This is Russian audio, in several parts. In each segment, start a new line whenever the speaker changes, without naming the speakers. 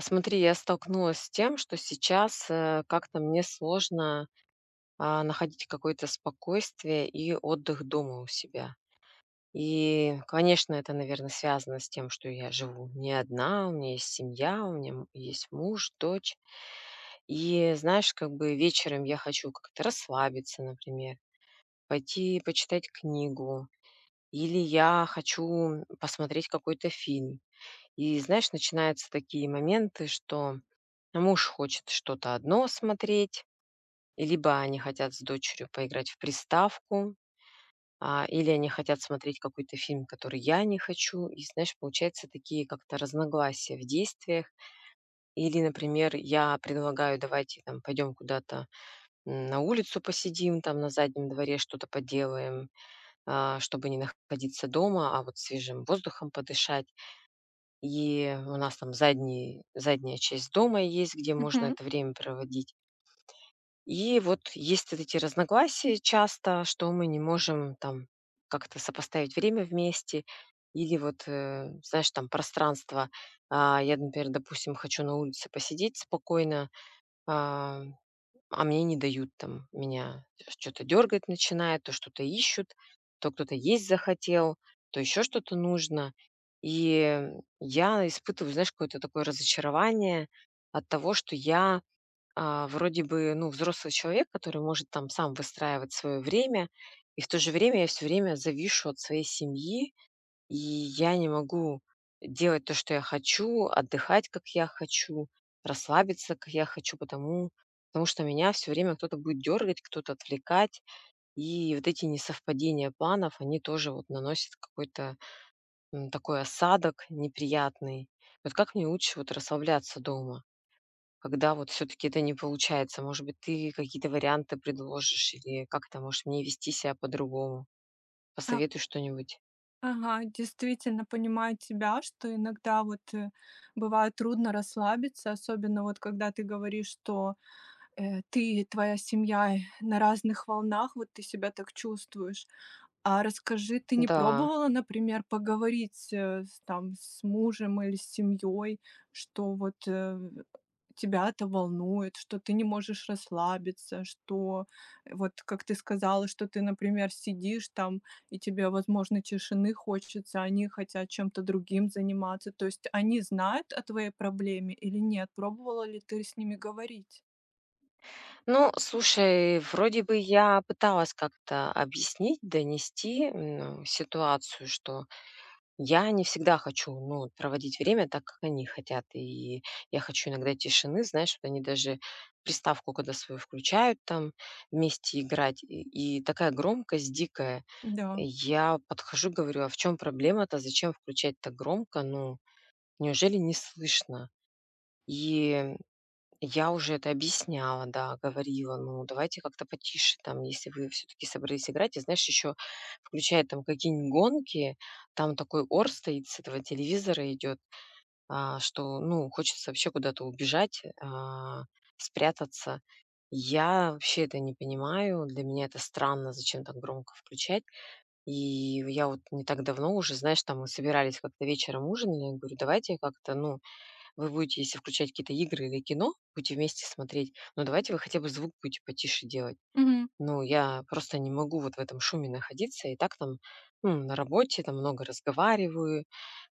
Смотри, я столкнулась с тем, что сейчас, как-то мне сложно, находить какое-то спокойствие и отдых дома у себя. И, конечно, это, наверное, связано с тем, что я живу не одна, у меня есть семья, у меня есть муж, дочь. И, знаешь, как бы вечером я хочу как-то расслабиться, например, пойти почитать книгу, или я хочу посмотреть какой-то фильм. И, знаешь, начинаются такие моменты, что муж хочет что-то одно смотреть, и либо они хотят с дочерью поиграть в приставку, или они хотят смотреть какой-то фильм, который я не хочу. И, знаешь, получается такие как-то разногласия в действиях. Или, например, я предлагаю, давайте там пойдем куда-то на улицу посидим, там на заднем дворе что-то поделаем, чтобы не находиться дома, а вот свежим воздухом подышать. И у нас там задняя часть дома есть, где можно
Мгм.
это время проводить. И вот есть вот эти разногласия часто, что мы не можем там как-то сопоставить время вместе или вот, знаешь, там пространство. А, я, например, допустим, хочу на улице посидеть спокойно, а, а мне не дают там, меня что-то дергать начинает, то что-то ищут, то кто-то есть захотел, то еще что-то нужно. И я испытываю, знаешь, какое-то такое разочарование от того, что я вроде бы, ну, взрослый человек, который может там сам выстраивать свое время, и в то же время я все время завишу от своей семьи, и я не могу делать то, что я хочу, отдыхать, как я хочу, расслабиться, как я хочу, потому что меня все время кто-то будет дергать, кто-то отвлекать. И вот эти несовпадения планов, они тоже вот наносят какой-то, такой осадок неприятный. Вот как мне лучше вот расслабляться дома? Когда вот все таки это не получается, может быть, ты какие-то варианты предложишь или как-то, можешь мне вести себя по-другому?
А,
Посоветуй что-нибудь.
ага, действительно понимаю тебя, что иногда вот бывает трудно расслабиться, особенно вот когда ты говоришь, что ты и твоя семья на разных волнах, вот ты себя так чувствуешь. А расскажи, ты не
Да.
пробовала, например, поговорить, с там с мужем или с семьей, что вот, тебя это волнует, что ты не можешь расслабиться, что вот, как ты сказала, что ты, например, сидишь там, и тебе, возможно, тишины хочется, а они хотят чем-то другим заниматься. То есть они знают о твоей проблеме или нет? Пробовала ли ты с ними говорить?
Ну, слушай, вроде бы я пыталась как-то объяснить, донести, ситуацию, что я не всегда хочу, ну, вот, проводить время так, как они хотят. И я хочу иногда тишины, знаешь, вот они даже приставку, когда свою включают там, вместе играть, и такая громкость дикая.
Да.
Я подхожу, говорю: "А в чем проблема-то? Зачем включать так громко? Ну, неужели не слышно?" И я уже это объясняла, да, говорила: "Ну, давайте как-то потише, там, если вы все таки собрались играть". И знаешь, еще включает там какие-нибудь гонки, там такой ор стоит с этого телевизора идет, что, ну, хочется вообще куда-то убежать, спрятаться. Я вообще это не понимаю, для меня это странно, зачем так громко включать. И я вот не так давно уже, знаешь, там мы собирались как-то вечером ужинали, я говорю: "Давайте как-то, ну, вы будете, если включать какие-то игры или кино, будете вместе смотреть, но давайте вы хотя бы звук будете потише делать".
Мгм.
Ну, я просто не могу вот в этом шуме находиться. И так там, ну, на работе там много разговариваю,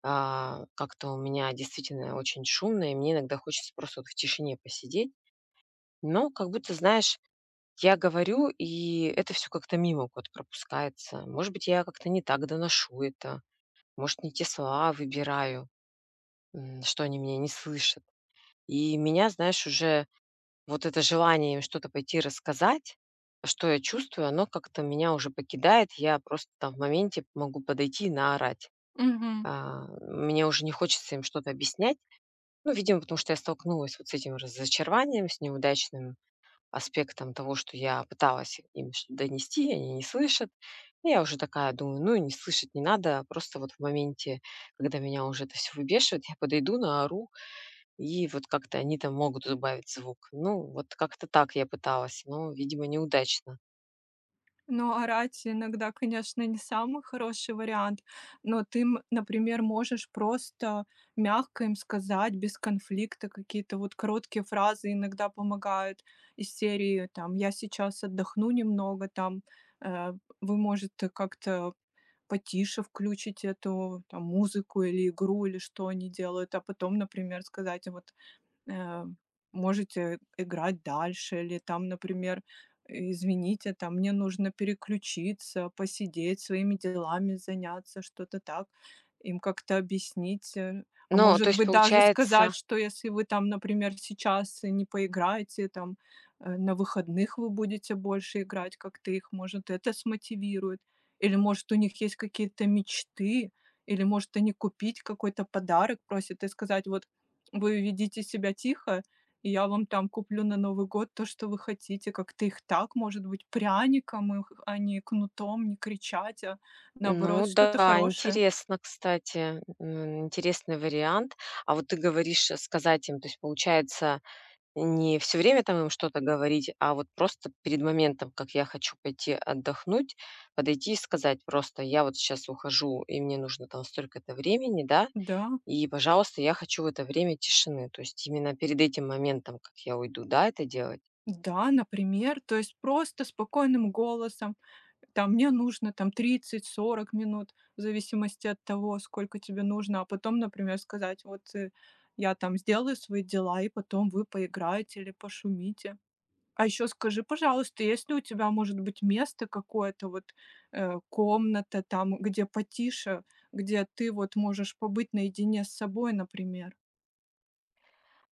как-то у меня действительно очень шумно, и мне иногда хочется просто вот в тишине посидеть. Но как будто, знаешь, я говорю, и это все как-то мимо вот пропускается. Может быть, я как-то не так доношу это, может, не те слова выбираю, что они меня не слышат. И меня, знаешь, уже вот это желание им что-то пойти рассказать, что я чувствую, оно как-то меня уже покидает. Я просто там в моменте могу подойти и наорать.
Мгм.
А, мне уже не хочется им что-то объяснять. Ну, видимо, потому что я столкнулась вот с этим разочарованием, с неудачным аспектом того, что я пыталась им что-то донести, они не слышат. И я уже такая думаю, ну, и не слышать не надо, просто вот в моменте, когда меня уже это все выбешивает, я подойду, наору, и вот как-то они там могут добавить звук. Ну, вот как-то так я пыталась, но, видимо, неудачно.
Но орать иногда, конечно, не самый хороший вариант, но ты, например, можешь просто мягко им сказать, без конфликта, какие-то вот короткие фразы иногда помогают из серии, там, я сейчас отдохну немного, там, э, вы, может, как-то потише включить эту там, музыку или игру, или что они делают, а потом, например, сказать, вот э, можете играть дальше или там, например, извините, там мне нужно переключиться, посидеть, своими делами заняться, что-то так, им как-то объяснить. А
Ну, то
может
есть
быть даже
получается,
сказать, что если вы там, например, сейчас не поиграете, там на выходных вы будете больше играть, как-то их, может, это смотивирует, или может у них есть какие-то мечты, или может они купить какой-то подарок просят и сказать, вот вы ведите себя тихо, и я вам там куплю на Новый год то, что вы хотите. Как-то их так, может быть, пряником, их, а не кнутом, не кричать, а
ну
наоборот, что-то
да,
хорошее.
интересно, кстати, интересный вариант. А вот ты говоришь сказать им, то есть получается, не все время там им что-то говорить, а вот просто перед моментом, как я хочу пойти отдохнуть, подойти и сказать просто: "Я вот сейчас ухожу, и мне нужно там столько-то времени, да,
Да,
и, пожалуйста, я хочу в это время тишины". То есть именно перед этим моментом, как я уйду, да, это делать.
да, например. То есть просто спокойным голосом. Там мне нужно там 30-40 минут, в зависимости от того, сколько тебе нужно. А потом, например, сказать, вот я там сделаю свои дела, и потом вы поиграете или пошумите. А еще скажи, пожалуйста, есть ли у тебя, может быть, место какое-то, вот, комната там, где потише, где ты вот можешь побыть наедине с собой, например?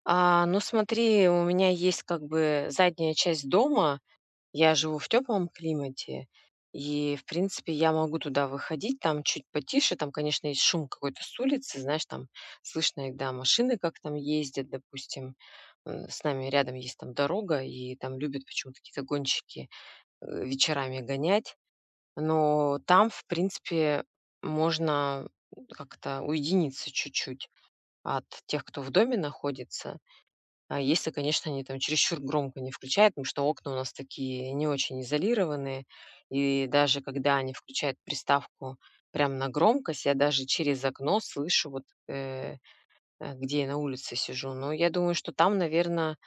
А, ну смотри, у меня есть как бы задняя часть дома, я живу в теплом климате, и, в принципе, я могу туда выходить, там чуть потише, там, конечно, есть шум какой-то с улицы, знаешь, там слышно иногда машины, как там ездят, допустим. С нами рядом есть там дорога, и там любят почему-то какие-то гонщики вечерами гонять. Но там, в принципе, можно как-то уединиться чуть-чуть от тех, кто в доме находится. А если, конечно, они там чересчур громко не включают, потому что окна у нас такие не очень изолированные. И даже когда они включают приставку прям на громкость, я даже через окно слышу, где я на улице сижу. Но я думаю, что там, наверное,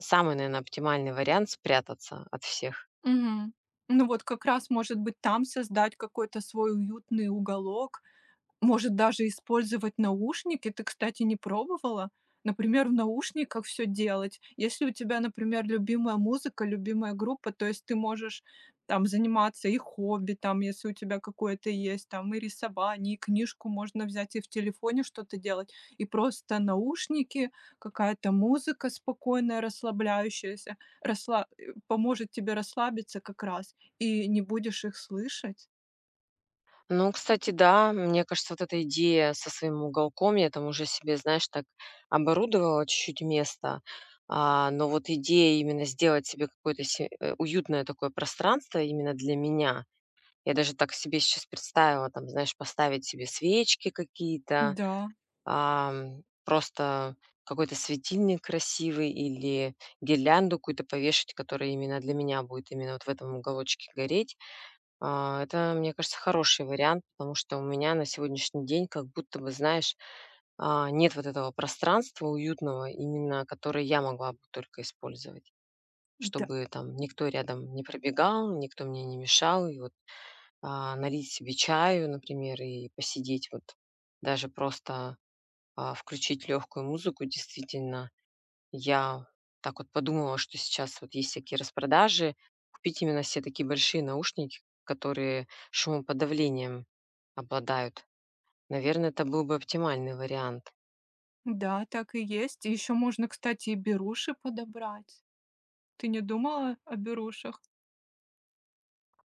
оптимальный вариант спрятаться от всех.
Мгм. Ну вот как раз, может быть, там создать какой-то свой уютный уголок. Может даже использовать наушники. Ты, кстати, не пробовала? Например, в наушниках все делать. Если у тебя, например, любимая музыка, любимая группа, то есть ты можешь там заниматься и хобби, там, если у тебя какое-то есть, там, и рисование, и книжку можно взять, и в телефоне что-то делать, и просто наушники, какая-то музыка спокойная, расслабляющаяся, поможет тебе расслабиться как раз, и не будешь их слышать.
Ну, кстати, да, мне кажется, вот эта идея со своим уголком, я там уже себе, знаешь, так оборудовала чуть-чуть место, но вот идея именно сделать себе какое-то уютное такое пространство именно для меня. Я даже так себе сейчас представила, там, знаешь, поставить себе свечки какие-то,
Да,
просто какой-то светильник красивый или гирлянду какую-то повешать, которая именно для меня будет именно вот в этом уголочке гореть. А, это, мне кажется, хороший вариант, потому что у меня на сегодняшний день как будто бы, знаешь, нет вот этого пространства уютного, именно которое я могла бы только использовать,
да.
чтобы там никто рядом не пробегал, никто мне не мешал. И вот налить себе чаю, например, и посидеть вот даже просто включить легкую музыку, действительно я так вот подумала, что сейчас вот есть всякие распродажи. Купить именно все такие большие наушники, которые шумоподавлением обладают. Наверное, это был бы оптимальный вариант.
Да, так и есть. И еще можно, кстати, и беруши подобрать. Ты не думала о берушах?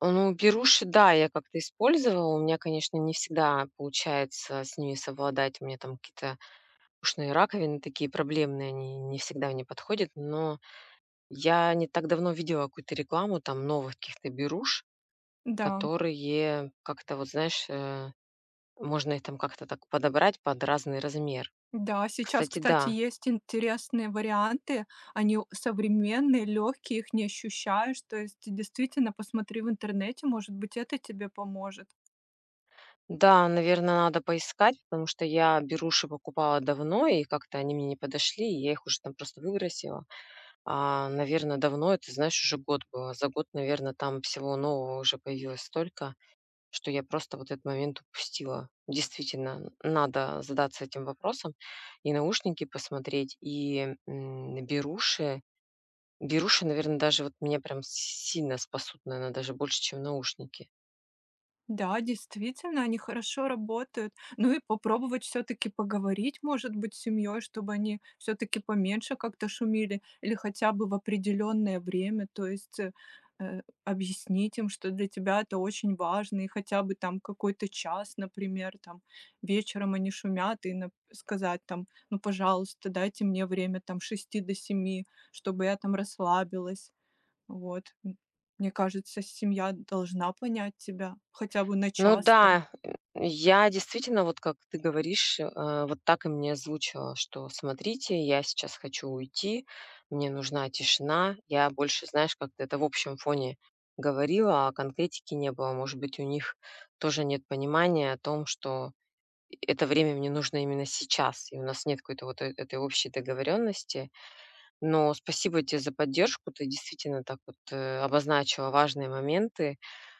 Ну, беруши, да, я как-то использовала. У меня, конечно, не всегда получается с ними совладать. У меня там какие-то ушные раковины такие проблемные, они не всегда мне подходят. Но я не так давно видела какую-то рекламу там новых каких-то беруш,
Да.
которые как-то, вот знаешь, можно их там как-то так подобрать под разный размер.
Да, сейчас,
Кстати,
кстати,
да.
есть интересные варианты. Они современные, легкие, их не ощущаешь. То есть, действительно, посмотри в интернете, может быть, это тебе поможет.
Да, наверное, надо поискать, потому что я беруши покупала давно, и как-то они мне не подошли, и я их уже там просто выбросила. А, наверное, давно, это, знаешь, уже год было. За год, наверное, там всего нового уже появилось столько, что я просто вот этот момент упустила. Действительно, надо задаться этим вопросом и наушники посмотреть, и беруши, беруши, наверное, даже вот меня прям сильно спасут, наверное, даже больше, чем наушники.
Да, действительно, они хорошо работают. Ну и попробовать все-таки поговорить, может быть, с семьей, чтобы они все-таки поменьше как-то шумили или хотя бы в определенное время. То есть объяснить им, что для тебя это очень важно, и хотя бы там какой-то час, например, там вечером они шумят, и сказать там, ну, пожалуйста, дайте мне время там с 6 до семи, чтобы я там расслабилась. Вот. Мне кажется, семья должна понять тебя хотя бы на
Ну
час-то.
да, я действительно, вот как ты говоришь, вот так и мне озвучила, что: "Смотрите, я сейчас хочу уйти, мне нужна тишина". Я больше, знаешь, как-то это в общем фоне говорила, а конкретики не было. Может быть, у них тоже нет понимания о том, что это время мне нужно именно сейчас, и у нас нет какой-то вот этой общей договоренности. Но спасибо тебе за поддержку. Ты действительно так вот, обозначила важные моменты,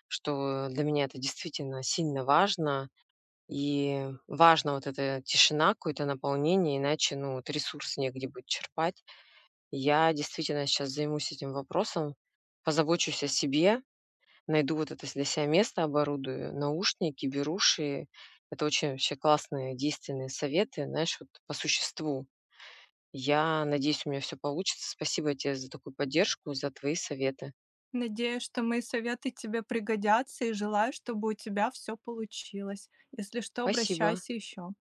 что для меня это действительно сильно важно. И важна вот эта тишина, какое-то наполнение, иначе, ну, вот ресурс негде будет черпать. Я действительно сейчас займусь этим вопросом, позабочусь о себе, найду вот это для себя место, оборудую наушники, беруши. Это очень вообще классные действенные советы, знаешь, вот по существу. Я надеюсь, у меня все получится. Спасибо тебе за такую поддержку, за твои советы.
Надеюсь, что мои советы тебе пригодятся, и желаю, чтобы у тебя все получилось. Если что,
Спасибо.
обращайся еще.